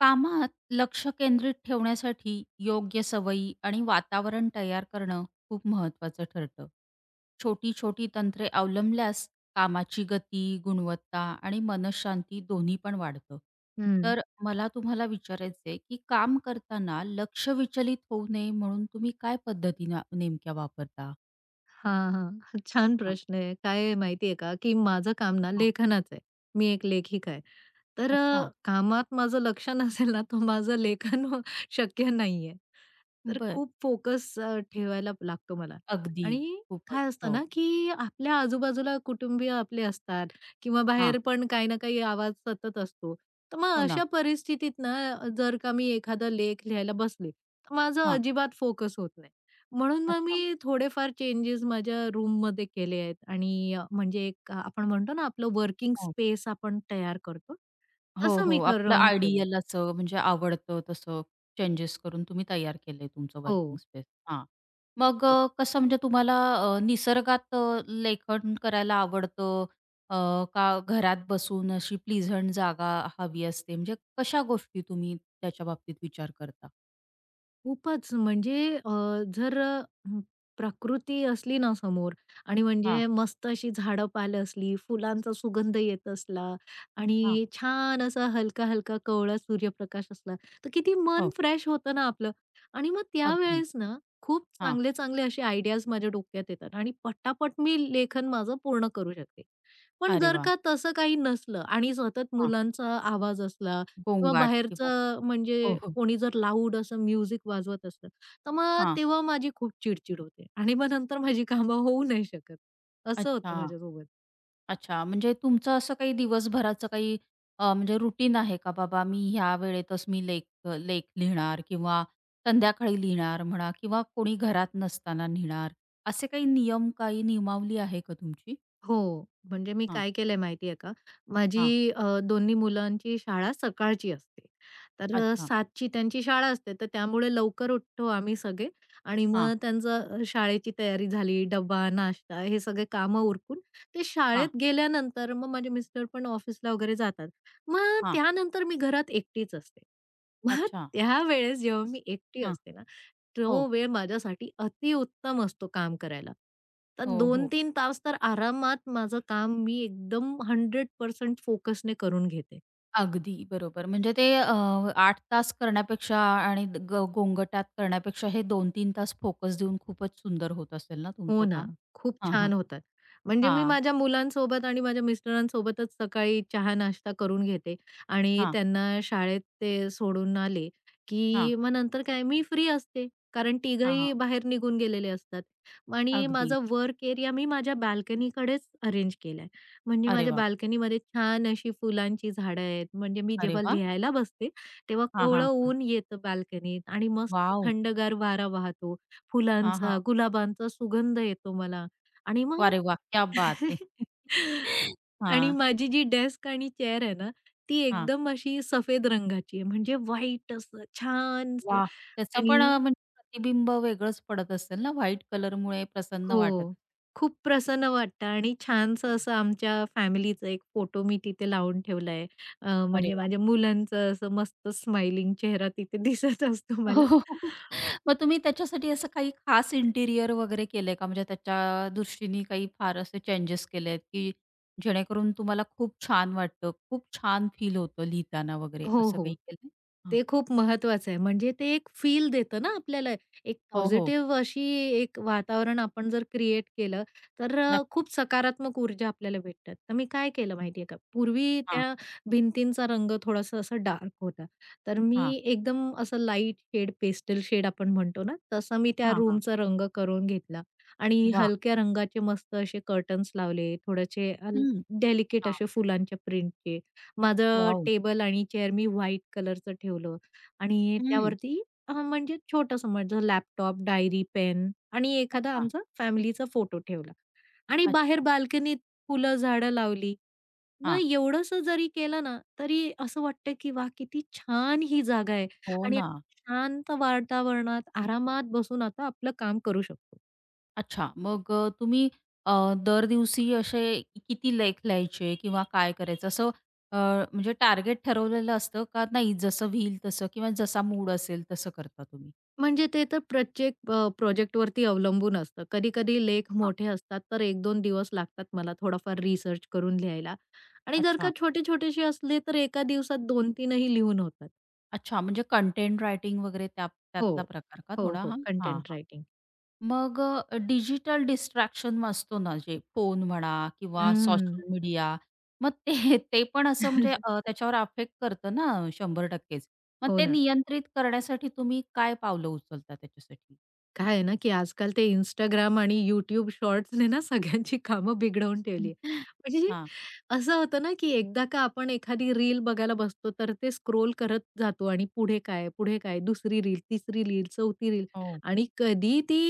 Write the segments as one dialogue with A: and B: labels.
A: कामात लक्ष केंद्रित ठेवण्यासाठी योग्य सवयी आणि वातावरण तयार करणं खूप महत्त्वाचं ठरतं. छोटी छोटी तंत्रे अवलंबल्यास कामाची गती, गुणवत्ता आणि मनःशांती दोन्ही पण वाढतं.
B: हं.
A: तर मला तुम्हाला विचारायचं आहे, की काम करताना लक्ष विचलित होऊ नये म्हणून तुम्ही काय पद्धती ना नेमक्या वापरता?
B: हां, हां. छान
A: हां,
B: प्रश्न आहे. काय आहे माहिती आहे का, की माझं काम ना
A: हां.
B: लेखनाचं आहे. मी एक लेखिका आहे. तर
A: अच्छा.
B: कामात माझं लक्ष नसेल ना, तर माझं लेखन शक्य नाहीये. तर
A: बरं.
B: खूप फोकस ठेवायला लागतो मला.
A: अगदी.
B: आणि
A: खूपच.
B: काय असतं
A: हो.
B: ना, की आपल्या आजूबाजूला कुटुंबीय आपले असतात किंवा
A: हां.
B: बाहेर पण काही ना काही आवाज सतत असतो. तर मग
A: हो ना.
B: अशा परिस्थितीत ना, जर का मी एखादा लेख लिहायला बसले, तर माझा
A: हां.
B: अजिबात फोकस होत नाही. म्हणून मग
A: अच्छा.
B: मी थोडेफार चेंजेस माझ्या रूममध्ये केले आहेत आणि म्हणजे एक आपण म्हणतो ना आपलं वर्किंग
A: हो.
B: स्पेस आपण तयार करतो,
A: हो,
B: तसं
A: हो.
B: मी
A: आपलं
B: करून ठेवलंय.
A: आयडियल असं म्हणजे आवडतं तसं चेंजेस करून तुम्ही तयार केलंय तुमचं
B: हो.
A: Working space. हां. मग कसं म्हणजे तुम्हाला निसर्गात लेखन करायला आवडतं अ, का घरात बसून अशी प्लीझंट जागा हवी असते? म्हणजे कशा गोष्टी तुम्ही त्याच्या बाबतीत विचार करता?
B: खूपच म्हणजे अ, जर अ, म, प्रकृती असली ना समोर आणि
A: हां,
B: म्हणजे मस्त अशी झाडं-पालं असली, फुलांचा सुगंध येत असला
A: हां.
B: आणि छान असा हलका-हलका कोवळा सूर्यप्रकाश असला, तर किती मन
A: हो,
B: फ्रेश होतं ना आपलं. आणि मग
A: अगदी.
B: त्यावेळेस ना खूप
A: हां.
B: चांगले-चांगले असे आयडियाज माझ्या डोक्यात येतात आणि पटापट मी लेखन माझं पूर्ण करू शकते. पण
A: अरे
B: जर
A: वाह!
B: का तसं काही नसलं आणि सतत
A: हां.
B: मुलांचा आवाज असला किंवा
A: गोंगाट किंवा
B: बाहेरचं
A: हो,
B: म्हणजे
A: हो.
B: कोणी जर लाऊड असं म्युझिक वाजवत असलं, तर मग
A: हां.
B: तेव्हा माझी खूप चिडचिड होते आणि मग नंतर माझी कामं होऊ नाही शकत. असं होतं
A: अच्छा.
B: माझ्यासोबत.
A: अच्छा, म्हणजे तुमचं असं काही दिवसभराचं काही म्हणजे रुटीन आहे का? बाबा मी ह्या वेळेतच मी लेख लेख लिहिणार किंवा संध्याकाळी लिहिणार म्हणा किंवा कोणी घरात नसताना लिहिणार. असे काही नियम, काही नियमावली आहे का तुमची?
B: हो. म्हणजे मी
A: हां,
B: काय केलंय माहितीये का,
A: हां.
B: माझी दोन्ही मुलांची शाळा सकाळची असते. तर
A: अच्छा.
B: 7ची त्यांची शाळा असते, तर त्यामुळे लवकर उठतो आम्ही सगळे आणि
A: हां,
B: मग त्यांचं शाळेची तयारी झाली, डब्बा, नाश्ता हे सगळे कामं उरकून ते
A: हां,
B: शाळेत गेल्यानंतर मग माझे मिस्टर पण ऑफिसला वगैरे जातात. मग
A: हां.
B: त्यानंतर मी घरात एकटीच असते. मग
A: अच्छा.
B: त्यावेळेस जेव्हा मी एकटी
A: हां.
B: असते ना
A: हो,
B: तो वेळ माझ्यासाठी अतिउत्तम असतो काम करायला. तर
A: हो, हो.
B: 2-3 तास तर आरामात माझं काम मी एकदम 100% फोकसने करून घेते.
A: अगदी बरोबर. म्हणजे ते 8 तास करण्यापेक्षा आणि गोंगटात करण्यापेक्षा हे 2-3 तास फोकस देऊन खूपच सुंदर होत असेल ना तुमचं
B: हो ना.
A: काम?
B: खूप
A: हां.
B: छान होतात. म्हणजे मी
A: हां,
B: माझ्या मुलांसोबत आणि माझ्या मिस्टरांसोबतच सकाळी चहा-नाश्ता करून घेते आणि
A: हां.
B: त्यांना शाळेत ते सोडून आले,
A: हां,
B: की मग नंतर काय मी फ्री असते. कारण
A: हां,
B: तिघंही
A: हां.
B: बाहेर निघून गेलेले असतात आणि
A: अगदी.
B: माझा वर्क एरिया मी माझ्या बाल्कनीकडेच अरेंज केलाय. म्हणजे
A: अरे
B: माझ्या
A: वा,
B: बाल्कनीमध्ये छान अशी फुलांची झाडं आहेत. म्हणजे मी
A: अरे
B: जेव्हा
A: वाह!
B: लिहायला बसते, तेव्हा
A: हां, हां,
B: कोवळं
A: हां.
B: ऊन येतं बाल्कनीत आणि मस्त
A: वॉव!
B: थंडगार वारा वाहतो
A: हां, हां.
B: फुलांचा, गुलाबांचा सुगंध येतो मला आणि मग
A: अरे वाह! क्या बात है!
B: आणि
A: हां,
B: माझी जी डेस्क आणि चेअर आहे ना, ती
A: हां.
B: एकदम अशी सफेद रंगाची आहे, म्हणजे व्हाईट असं छानसं
A: वाह! त्याचं पण
B: आणि
A: म्हणजे प्रतिबिंब वेगळंच पडत असेल ना व्हाईट कलरमुळे प्रसन्न
B: हो,
A: वाटत.
B: खूप प्रसन्न वाटतं आणि छानसं असं आमच्या फॅमिलीचा एक फोटो मी तिथे लावून ठेवला आहे.
A: अरे
B: म्हणजे
A: वाह!
B: माझ्या मुलांचं असं मस्त स्मायलिंग चेहरा तिथे दिसत असतो
A: हो,
B: मला.
A: हो, हो. मग तुम्ही त्याच्यासाठी असं काही खास इंटिरियर वगैरे केलंय का? म्हणजे त्याच्या दृष्टीने काही फार असे चेंजेस केले आहेत, की जेणेकरून तुम्हाला खूप छान वाटतं, खूप छान फील होतं लिहिताना वगैरे
B: हो,
A: असं काही
B: हो.
A: केलंय? हां.
B: ते खूप महत्वाचं आहे. म्हणजे ते एक फील देतं ना आपल्याला. एक
A: हो, हो.
B: पॉझिटिव्ह अशी एक वातावरण आपण जर क्रिएट केलं, तर
A: नक्कीच.
B: खूप सकारात्मक ऊर्जा आपल्याला भेटतात. तर मी काय केलं माहिती का, पूर्वी
A: हां,
B: त्या भिंतींचा रंग थोडासा असा डार्क होता. तर मी
A: हां.
B: एकदम असं लाईट शेड, पेस्टल शेड आपण म्हणतो ना, तसा मी त्या
A: हां, हां.
B: रूमचा रंग करून घेतला आणि
A: वाह!
B: हलक्या रंगाचे मस्त असे कर्टन्स लावले, थोडेसे
A: हं.
B: डेलिकेट
A: हां.
B: असे फुलांच्या प्रिंटचे माझं
A: वॉव!
B: टेबल आणि चेअर मी व्हाईट कलरचं ठेवलं आणि
A: हं.
B: त्यावरती म्हणजे छोटंसं माझं लॅपटॉप, डायरी, पेन आणि एखादा
A: अच्छा,
B: आमचा फॅमिलीचा फोटो ठेवला आणि बाहेर
A: अच्छा.
B: बाल्कनीत फुलं, झाडं लावली. मग
A: हां.
B: एवढंसं जरी केलं ना, तरी असं वाटतं की वाह! किती छान ही जागा आहे
A: हो
B: आणि
A: ना.
B: शांत वातावरणात आरामात बसून आता आपलं काम करू शकतो.
A: अच्छा. मग तुम्ही दर दिवशी असे किती लेख लिहायचे किंवा काय करायचं असं अ, म्हणजे टार्गेट ठरवलेलं असतं का नाही जसं व्हील तसं किंवा जसा मूड असेल तसं करता तुम्ही?
B: म्हणजे ते तर प्रत्येक प्रोजेक्टवरती अवलंबून असतं. कधी-कधी लेख
A: हां.
B: मोठे असतात, तर एक दोन दिवस लागतात मला थोडाफार रिसर्च करून लिहायला आणि जर का
A: अच्छा,
B: छोटे-छोटेसे असले, तर एका दिवसात 2-3 ही लिहून होतात.
A: अच्छा. म्हणजे कंटेंट रायटिंग वगैरे त्या
B: हो.
A: त्यातला प्रकार का
B: हो,
A: थोडा?
B: हो.
A: हां, हां.
B: Content writing.
A: मग डिजिटल डिस्ट्रॅक्शन असतो ना, जे फोन म्हणा किंवा
B: हं.
A: सोशल मीडिया, मग ते ते पण असं म्हणजे त्याच्यावर अफेक्ट करतं ना 100%च. मग
B: हो
A: ते
B: ना.
A: नियंत्रित करण्यासाठी तुम्ही काय पावलं उचलता त्याच्यासाठी?
B: काय आहे ना, की आजकाल ते Instagram आणि YouTube शॉर्ट्सने ना सगळ्यांची कामं बिघडवून ठेवली आहे. म्हणजे
A: हां.
B: असं होतं ना, की एकदा का आपण एखादी रील बघायला बसतो, तर ते स्क्रोल करत जातो आणि पुढे काय, पुढे काय, दुसरी रील, तिसरी रील, चौथी रील
A: हो.
B: आणि कधी ती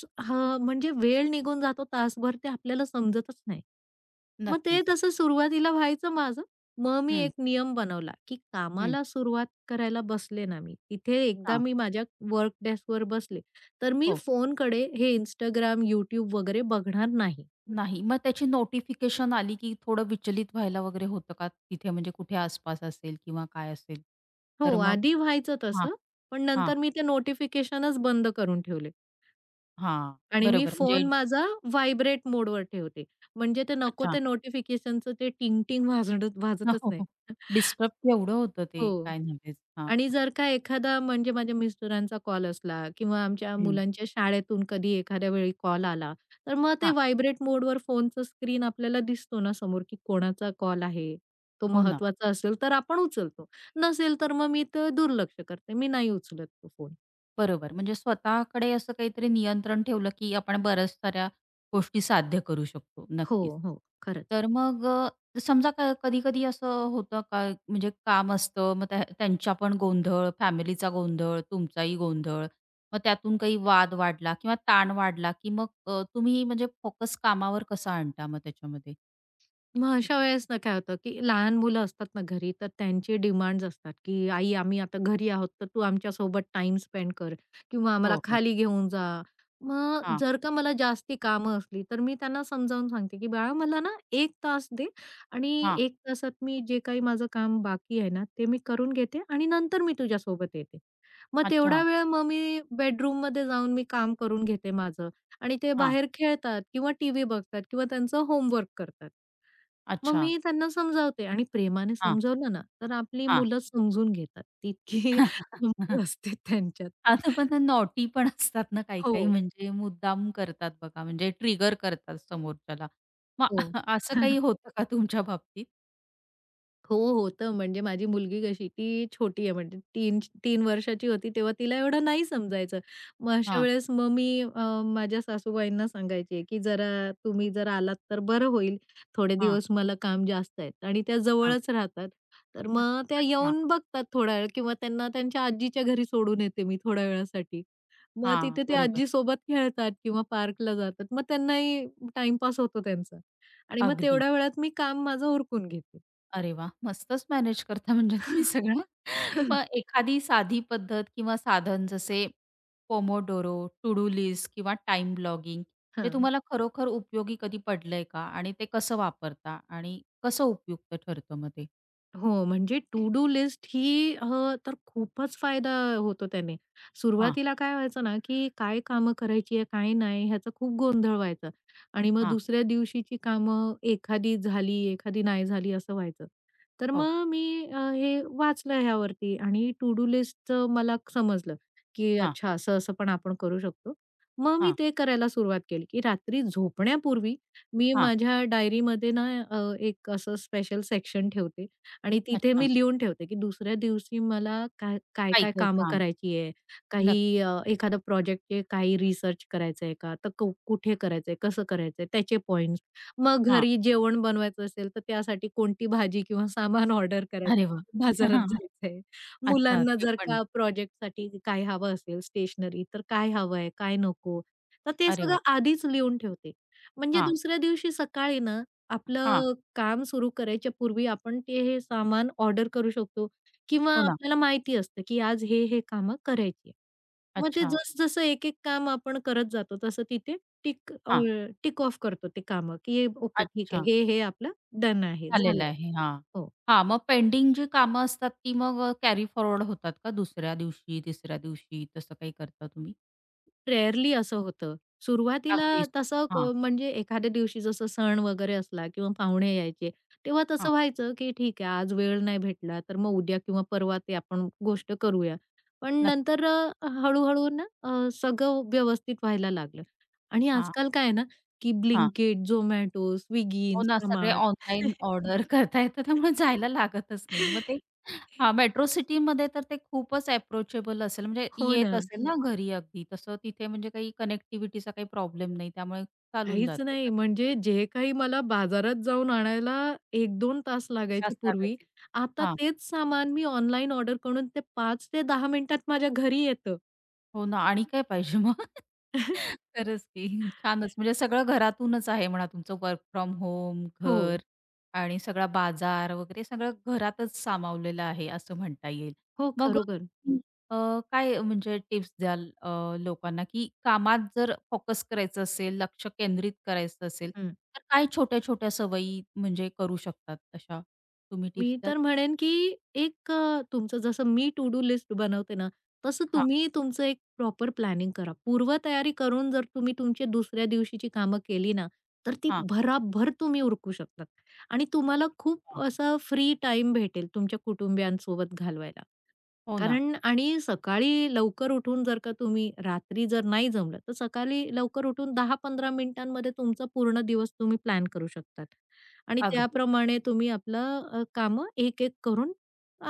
B: हां, म्हणजे वेळ निघून जातो तासभर ते आपल्याला समजतच नाही. मग ते
A: नक्कीच.
B: तसं सुरुवातीला व्हायचं माझं. मग मी
A: हं,
B: एक नियम बनवला, की
A: हं.
B: कामाला सुरुवात करायला बसले ना मी, तिथे एकदा
A: हां.
B: मी माझ्या वर्क डेस्कवर बसले तर मी
A: हो.
B: फोनकडे हे इंस्टाग्राम, YouTube वगैरे बघणार नाही.
A: नाही. मग त्याची नोटिफिकेशन आली की थोडं विचलित व्हायला वगैरे होतं का? तिथे म्हणजे कुठे आसपास असेल किंवा काय असेल? तर
B: हो,
A: मग
B: आधी व्हायचं
A: हां,
B: तसं, पण
A: हां,
B: नंतर मी ते नोटिफिकेशनच बंद करून ठेवले
A: हां.
B: आणि मी
A: बरोबर म्हणजे
B: फोन माझा व्हायब्रेट मोडवर ठेवते. म्हणजे ते नको
A: अच्छा.
B: ते नोटिफिकेशनचं ते टिंग-टिंग वाजणं
A: हो,
B: वाजतच
A: हो,
B: नाही.
A: हो. डिस्टर्ब केवढं होतं ते,
B: हो.
A: काय नव्हेच. हां,
B: आणि जर का एखादा म्हणजे माझ्या मिस्टरांचा कॉल असला किंवा आमच्या
A: हं.
B: मुलांच्या शाळेतून कधी एखाद्या वेळी कॉल आला, तर मग ते
A: हां,
B: व्हायब्रेट मोडवर फोनचं स्क्रीन आपल्याला दिसतो ना समोर, की कोणाचा कॉल आहे, तो
A: हो ना,
B: महत्वाचा असेल तर आपण उचलतो. नसेल तर मग मी तर दुर्लक्ष करते. मी नाही उचलत तो फोन.
A: बरोबर. म्हणजे स्वतःकडे असं काहीतरी नियंत्रण ठेवलं, की आपण बऱ्याच साऱ्या गोष्टी साध्य करू शकतो.
B: हो,
A: नक्कीच.
B: हो. खरंच.
A: तर मग समजा कधी-कधी असं होतं का, म्हणजे काम असतं, मग त्यांचा पण गोंधळ, फॅमिलीचा गोंधळ, तुमचाही गोंधळ, मग त्यातून काही वाद वाढला किंवा ताण वाढला, की मग तुम्ही म्हणजे फोकस कामावर कसा आणता मग त्याच्यामध्ये?
B: मग अशा वेळेस ना काय होतं, की लहान मुलं असतात ना घरी, तर त्यांचे डिमांड्स असतात, की "आई, आम्ही आता घरी आहोत, तर तू आमच्यासोबत टाइम स्पेंड कर किंवा आम्हाला
A: हो, हो.
B: खाली घेऊन जा." मग
A: हां,
B: जर का मला जास्ती कामं असली, तर मी त्यांना समजावून सांगते, की "बाळा, मला ना 1 तास दे आणि
A: हां.
B: 1 तासात मी जे काही माझं काम बाकी आहे ना, ते मी करून घेते आणि नंतर मी तुझ्यासोबत येते." मग
A: अच्छा.
B: तेवढा वेळ मग मी बेडरूममध्ये जाऊन मी काम करून घेते माझं आणि ते
A: हां.
B: बाहेर खेळतात किंवा टीव्ही बघतात किंवा त्यांचं होमवर्क करतात. मग
A: अच्छा.
B: मी त्यांना समजावते आणि प्रेमाने
A: हां,
B: समजावलं ना, तर आपली
A: हां.
B: मुलं समजून घेतात. तितकी समजूत असते त्यांच्यात.
A: आता पण त्या नॉटी पण असतात ना काही-काही
B: हो,
A: म्हणजे मुद्दाम करतात बघा, म्हणजे ट्रिगर करतात समोरच्याला. मग
B: हो.
A: असं काही होतं का तुमच्या बाबतीत?
B: हो, होतं. म्हणजे माझी मुलगी कशी ती छोटी आहे म्हणजे 3 वर्षाची होती तेव्हा तिला एवढं नाही समजायचं. मग अशा
A: हां,
B: वेळेस मग मी माझ्या सासूबाईंना सांगायचे, की "जरा तुम्ही जर आलात तर बरं होईल. थोडे
A: हां,
B: दिवस मला काम जास्त आहेत." आणि त्या
A: हां.
B: जवळच राहतात. तर मग त्या
A: अच्छा.
B: येऊन बघतात थोडा वेळ किंवा त्यांना त्यांच्या आजीच्या घरी सोडून येते मी थोड्या वेळासाठी. मग
A: हां,
B: तिथे ते
A: बरोबर.
B: आजीसोबत खेळतात किंवा पार्कला जातात. मग त्यांनाही टाईमपास होतो त्यांचा. आणि मग
A: अगदी.
B: तेवढ्या वेळात मी काम माझं उरकून घेते.
A: अरे वा, मस्तच मॅनेज करता म्हणजे तुम्ही सगळं. मग एखादी साधी पद्धत किंवा साधन जसे पोमोडोरो, टू डू लिस्ट किंवा टाइम ब्लॉगिंग जे
B: हां.
A: तुम्हाला खरोखर उपयोगी कधी पडलंय का? आणि ते कसं वापरता? आणि कसं उपयुक्त ठरतं मग ते?
B: हो, म्हणजे टू डू लिस्ट ही तर खूपच फायदा होतो त्याने.
A: हां,
B: सुरुवातीला काय व्हायचं ना, की काय कामं करायची आहे, काय नाही ह्याचा खूप गोंधळ व्हायचा आणि मग
A: हां.
B: दुसऱ्या दिवशीची कामं एखादी झाली, एखादी नाही झाली असं व्हायचं. तर
A: हो.
B: मग मी हे वाचलं ह्यावरती आणि टू डू लिस्टचं मला समजलं, की
A: हां,
B: अच्छा असं-असं पण आपण करू शकतो. मग मी
A: हां,
B: ते करायला सुरुवात केली, की रात्री झोपण्यापूर्वी मी
A: हां.
B: माझ्या डायरीमध्ये ना एक असं स्पेशल सेक्शन ठेवते, आणि तिथे
A: अच्छा.
B: मी लिहून ठेवते, की दुसऱ्या दिवशी मला
A: काही
B: काय-काय
A: काही
B: कामं
A: काम.
B: करायची आहे,
A: नक्की.
B: काही एखादा प्रोजेक्टचे काही रिसर्च करायचं आहे का? तर कुठे करायचं कसं करायचं त्याचे पॉइंट्स. मग
A: हां.
B: घरी जेवण बनवायचं असेल, तर त्यासाठी कोणती भाजी किंवा सामान ऑर्डर
A: अरे
B: करायचं
A: वाह!
B: बाजारात जायचं
A: अच्छा
B: मुलांना
A: ते
B: जर
A: पण.
B: का प्रोजेक्टसाठी काय हवं असेल स्टेशनरी, तर काय हवं काय नको? तर ते
A: अरे
B: सगळं
A: वाह!
B: आधीच लिहून ठेवते. म्हणजे
A: हां,
B: दुसऱ्या दिवशी सकाळी ना
A: हां.
B: आपलं काम सुरू करायच्या पूर्वी आपण ते हे सामान ऑर्डर करू शकतो किंवा
A: हो ना.
B: आपल्याला माहिती असतं, की आज हे, हे कामं करायची मग ते
A: अच्छा.
B: जसं एक-एक काम आपण करत जातो, तसं तिथे टिक
A: हां.
B: टिक ऑफ करतो ते कामं, की ओके ठीक आहे.
A: अच्छा.
B: हे आपलं डन आहे,
A: झालेलं
B: झालंय.
A: आहे. हां.
B: हो.
A: हां, मग पेंडिंग जी कामं असतात ती मग कॅरी फॉरवर्ड होतात का दुसऱ्या दिवशी, तिसऱ्या दिवशी तसं काही करता तुम्ही?
B: रेअरली असं होतं. सुरुवातीला
A: अगदीच.
B: तसं
A: हां,
B: म्हणजे एखाद्या दिवशी जसं सण वगैरे असला किंवा पाहुणे यायचे, तेव्हा
A: हां.
B: तसं व्हायचं, की ठीक आहे आज वेळ नाही भेटला, तर मग उद्या किंवा परवा ते आपण गोष्ट करूया. पण
A: नक्की.
B: नंतर हळू-हळू ना सगळं व्यवस्थित व्हायला लागलं. आणि
A: हां,
B: आजकाल काय आहे ना, की
A: हां.
B: Blinkit, Zomato, Swiggy,
A: हो ना, सगळे
B: Instamart.
A: ऑनलाईन ऑर्डर करता येतं त्यामुळे जायला लागतच नाही. मग ते हां, मेट्रो सिटीमध्ये तर ते खूपच अप्रोचेबल असेल म्हणजे
B: हो ना.
A: येत असेल ना घरी अगदी. तसं तिथे म्हणजे काही कनेक्टिव्हिटीचा काही प्रॉब्लेम नाही त्यामुळे चालून
B: काहीच
A: जातं.
B: नाही. म्हणजे जे काही मला बाजारात जाऊन आणायला एक दोन तास लागायचे
A: जास्त जागा
B: पूर्वी,
A: असेल.
B: आता तेच सामान मी ऑनलाईन ऑर्डर करून ते 5 ते 10 मिनिटात माझ्या घरी येतं.
A: हो ना. आणि काय पाहिजे मग? खरंच की. छानच म्हणजे सगळं घरातूनच आहे म्हणा तुमचं वर्क फ्रॉम होम,
B: हो.
A: घर आणि सगळा बाजार वगैरे सगळं घरातच सामावलेलं आहे असं म्हणता येईल.
B: हो,
A: मग
B: खरोखर.
A: तुम्ही अ, काय म्हणजे टिप्स द्याल लोकांना, की कामात जर फोकस करायचं असेल, लक्ष केंद्रित करायचं असेल,
B: हं.
A: तर काय छोट्या-छोट्या सवयी म्हणजे करू शकतात तशा? तुम्ही टिप्स
B: मी
A: द्याल?
B: तर म्हणेन, की एक तुमचं जसं मी टू डू लिस्ट बनवते ना, तसं
A: हां,
B: तुम्ही तुमचं एक प्रॉपर प्लॅनिंग करा. पूर्वतयारी करून जर तुम्ही तुमची दुसऱ्या दिवशीची कामं केली ना, तर ती
A: हां.
B: भराभर तुम्ही उरकू शकतात आणि तुम्हाला खूप
A: हां.
B: असा फ्री टाईम भेटेल तुमच्या कुटुंबियांसोबत घालवायला.
A: हो ना.
B: कारण आणि सकाळी लवकर उठून जर का तुम्ही रात्री जर नाही जमलं, तर सकाळी लवकर उठून 10-15 मिनिटांमध्ये तुमचा पूर्ण दिवस तुम्ही प्लॅन करू शकतात आणि
A: अगदी.
B: त्याप्रमाणे तुम्ही आपलं कामं एक-एक करून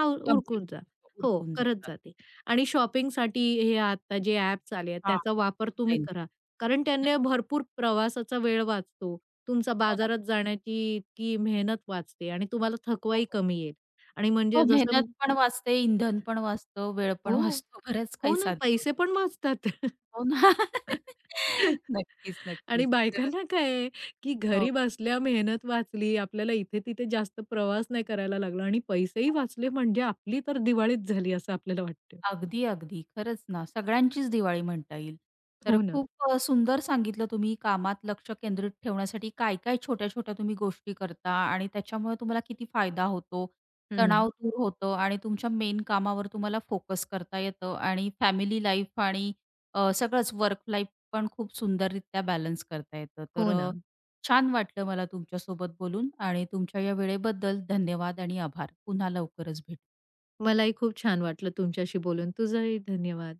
A: कंप्लीट
B: उरकून जा. हो,
A: उरकून
B: करत
A: जातात.
B: जा ते आणि शॉपिंगसाठी हे आता जे ॲप्स आले आहेत,
A: हां,
B: त्याचा वापर तुम्ही
A: ऑनलाईन.
B: करा. कारण त्याने
A: नक्की.
B: भरपूर प्रवासाचा वेळ वाचतो. तुमचा
A: हो ना.
B: बाजारात जाण्याची इतकी मेहनत वाचते आणि तुम्हाला
A: हो,
B: थकवाही
A: हो.
B: कमी येईल आणि
A: हो,
B: म्हणजे जसं
A: मेहनत पण वाचते, इंधन पण वाचतं, वेळ पण
B: हो,
A: वाचतो. बरंच
B: हो
A: काही
B: ना,
A: साध्य
B: पैसे
A: होतं.
B: पण वाचतात.
A: हो ना. नक्कीच,
B: आणि
A: नक्कीच. तर
B: बायकांना काय आहे, की
A: हो,
B: घरी बसल्या मेहनत वाचली, आपल्याला इथे-तिथे जास्त प्रवास नाही करायला लागला आणि पैसेही
A: हो.
B: वाचले म्हणजे आपली तर दिवाळीच झाली असं आपल्याला वाटतं.
A: अगदी, अगदी. खरंच ना, सगळ्यांचीच दिवाळी म्हणता येईल. तर
B: हो ना.
A: खूप सुंदर सांगितलं तुम्ही कामात लक्ष केंद्रित ठेवण्यासाठी काय-काय छोट्या-छोट्या तुम्ही गोष्टी करता आणि त्याच्यामुळे तुम्हाला किती फायदा होतो,
B: हं.
A: तणाव दूर होतं आणि तुमच्या मेन कामावर तुम्हाला फोकस करता येतं आणि फॅमिली लाईफ आणि सगळंच वर्क लाईफ पण खूप सुंदररित्या बॅलन्स करता येतं. तर
B: हो ना.
A: छान वाटलं मला तुमच्यासोबत बोलून आणि तुमच्या या वेळेबद्दल धन्यवाद आणि आभार. पुन्हा लवकरच भेटू.
B: मलाही खूप छान वाटलं तुमच्याशी बोलून. तुझाही धन्यवाद.